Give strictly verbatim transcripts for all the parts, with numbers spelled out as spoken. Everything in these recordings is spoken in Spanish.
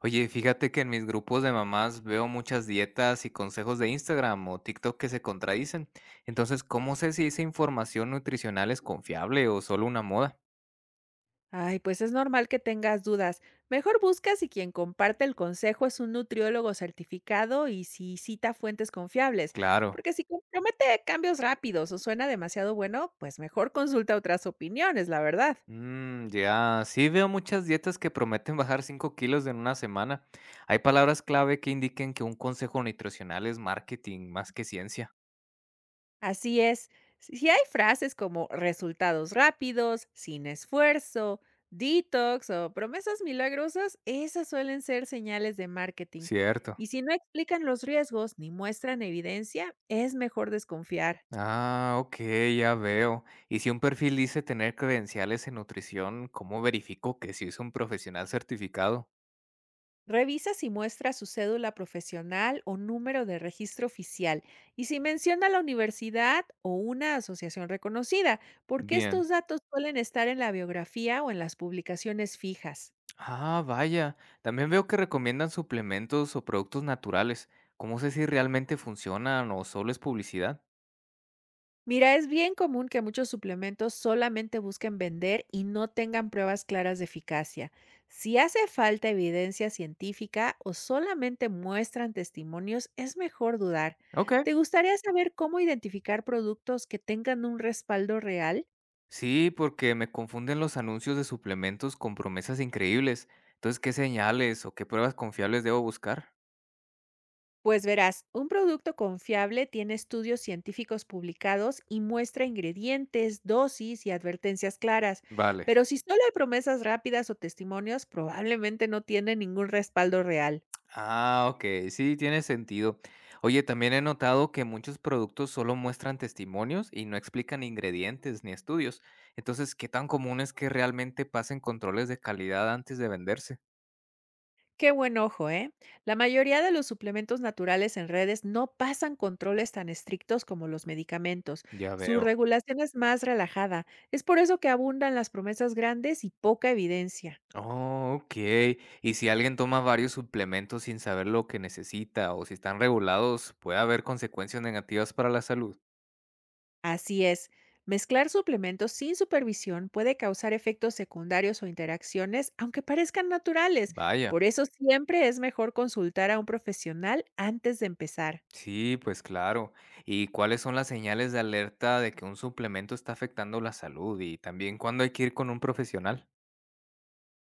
Oye, fíjate que en mis grupos de mamás veo muchas dietas y consejos de Instagram o TikTok que se contradicen. Entonces, ¿cómo sé si esa información nutricional es confiable o solo una moda? Ay, pues es normal que tengas dudas. Mejor busca si quien comparte el consejo es un nutriólogo certificado y si cita fuentes confiables, Claro. porque si promete cambios rápidos o suena demasiado bueno, pues mejor consulta otras opiniones, la verdad. Mm, ya, sí veo muchas dietas que prometen bajar cinco kilos en una semana. Hay palabras clave que indiquen que un consejo nutricional es marketing más que ciencia. Así es, si si hay frases como resultados rápidos, sin esfuerzo, detox o promesas milagrosas, esas suelen ser señales de marketing. Cierto. Y si no explican los riesgos ni muestran evidencia, es mejor desconfiar. Ah, ok, ya veo. Y si un perfil dice tener credenciales en nutrición, ¿cómo verifico que sí es un profesional certificado? Revisa si muestra su cédula profesional o número de registro oficial y si menciona la universidad o una asociación reconocida, porque estos Bien. datos suelen estar en la biografía o en las publicaciones fijas. Ah, vaya. También veo que recomiendan suplementos o productos naturales. ¿Cómo sé si realmente funcionan o solo es publicidad? Mira, es bien común que muchos suplementos solamente busquen vender y no tengan pruebas claras de eficacia. Si hace falta evidencia científica o solamente muestran testimonios, es mejor dudar. Ok. ¿Te gustaría saber cómo identificar productos que tengan un respaldo real? Sí, porque me confunden los anuncios de suplementos con promesas increíbles. Entonces, ¿qué señales o qué pruebas confiables debo buscar? Pues verás, un producto confiable tiene estudios científicos publicados y muestra ingredientes, dosis y advertencias claras, Vale. pero si solo hay promesas rápidas o testimonios, probablemente no tiene ningún respaldo real. Ah, ok, sí, tiene sentido. Oye, también he notado que muchos productos solo muestran testimonios y no explican ingredientes ni estudios. Entonces, ¿qué tan común es que realmente pasen controles de calidad antes de venderse? Qué buen ojo, ¿eh? La mayoría de los suplementos naturales en redes no pasan controles tan estrictos como los medicamentos. Ya Su veo. regulación es más relajada. Es por eso que abundan las promesas grandes y poca evidencia. Oh, ok. Y si alguien toma varios suplementos sin saber lo que necesita o si están regulados, puede haber consecuencias negativas para la salud. Así es, mezclar suplementos sin supervisión puede causar efectos secundarios o interacciones, aunque parezcan naturales. Vaya. Por eso siempre es mejor consultar a un profesional antes de empezar. Sí, pues claro. ¿Y cuáles son las señales de alerta de que un suplemento está afectando la salud? Y también cuándo hay que ir con un profesional.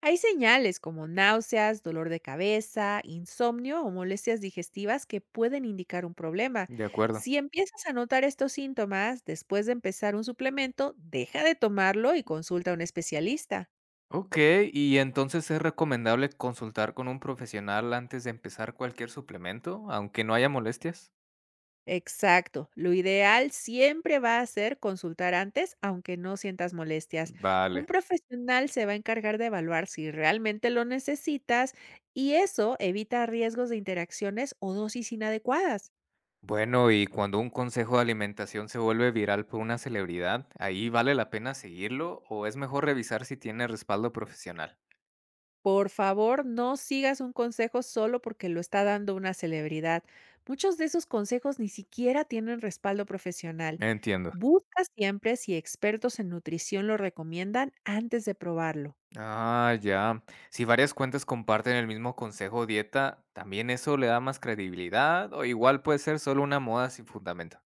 Hay señales como náuseas, dolor de cabeza, insomnio o molestias digestivas que pueden indicar un problema. De acuerdo. Si empiezas a notar estos síntomas después de empezar un suplemento, deja de tomarlo y consulta a un especialista. Ok, y entonces es recomendable consultar con un profesional antes de empezar cualquier suplemento, aunque no haya molestias. Exacto. Lo ideal siempre va a ser consultar antes, aunque no sientas molestias. Un Vale. profesional se va a encargar de evaluar si realmente lo necesitas y eso evita riesgos de interacciones o dosis inadecuadas. Bueno, y cuando un consejo de alimentación se vuelve viral por una celebridad, ¿ahí vale la pena seguirlo o es mejor revisar si tiene respaldo profesional? Por favor, no sigas un consejo solo porque lo está dando una celebridad. Muchos de esos consejos ni siquiera tienen respaldo profesional. Entiendo. Busca siempre si expertos en nutrición lo recomiendan antes de probarlo. Ah, ya. Si varias cuentas comparten el mismo consejo o dieta, ¿también eso le da más credibilidad o igual puede ser solo una moda sin fundamento?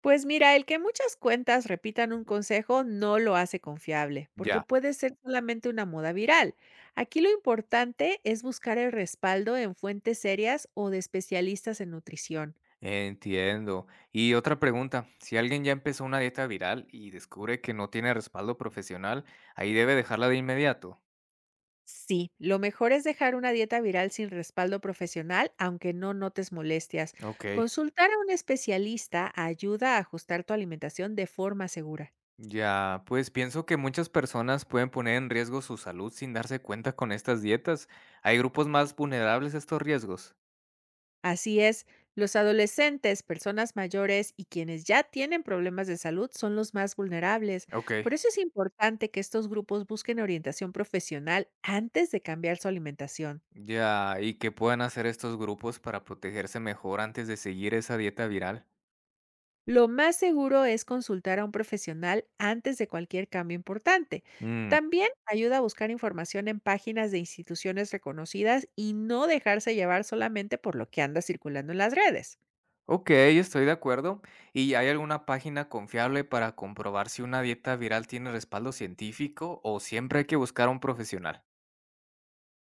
Pues mira, el que muchas cuentas repitan un consejo no lo hace confiable, porque Ya. puede ser solamente una moda viral. Aquí lo importante es buscar el respaldo en fuentes serias o de especialistas en nutrición. Entiendo. Y otra pregunta, si alguien ya empezó una dieta viral y descubre que no tiene respaldo profesional, ¿ahí debe dejarla de inmediato? Sí, lo mejor es dejar una dieta viral sin respaldo profesional, aunque no notes molestias. Ok. Consultar a un especialista ayuda a ajustar tu alimentación de forma segura. Ya, pues pienso que muchas personas pueden poner en riesgo su salud sin darse cuenta con estas dietas. ¿Hay grupos más vulnerables a estos riesgos? Así es, los adolescentes, personas mayores y quienes ya tienen problemas de salud son los más vulnerables. Ok. Por eso es importante que estos grupos busquen orientación profesional antes de cambiar su alimentación. Ya, ¿y qué pueden hacer estos grupos para protegerse mejor antes de seguir esa dieta viral? Lo más seguro es consultar a un profesional antes de cualquier cambio importante. Mm, También ayuda a buscar información en páginas de instituciones reconocidas y no dejarse llevar solamente por lo que anda circulando en las redes. ok, estoy de acuerdo. ¿Y hay alguna página confiable para comprobar si una dieta viral tiene respaldo científico o siempre hay que buscar a un profesional?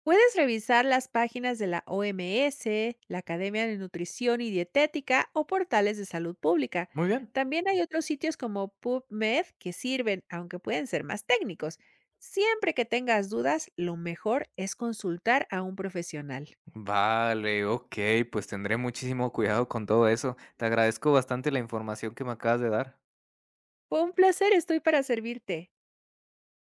Puedes revisar las páginas de la O M S, la Academia de Nutrición y Dietética o portales de salud pública. Muy bien. También hay otros sitios como PubMed que sirven, aunque pueden ser más técnicos. Siempre que tengas dudas, lo mejor es consultar a un profesional. Vale, ok, pues tendré muchísimo cuidado con todo eso. Te agradezco bastante la información que me acabas de dar. Fue un placer, estoy para servirte.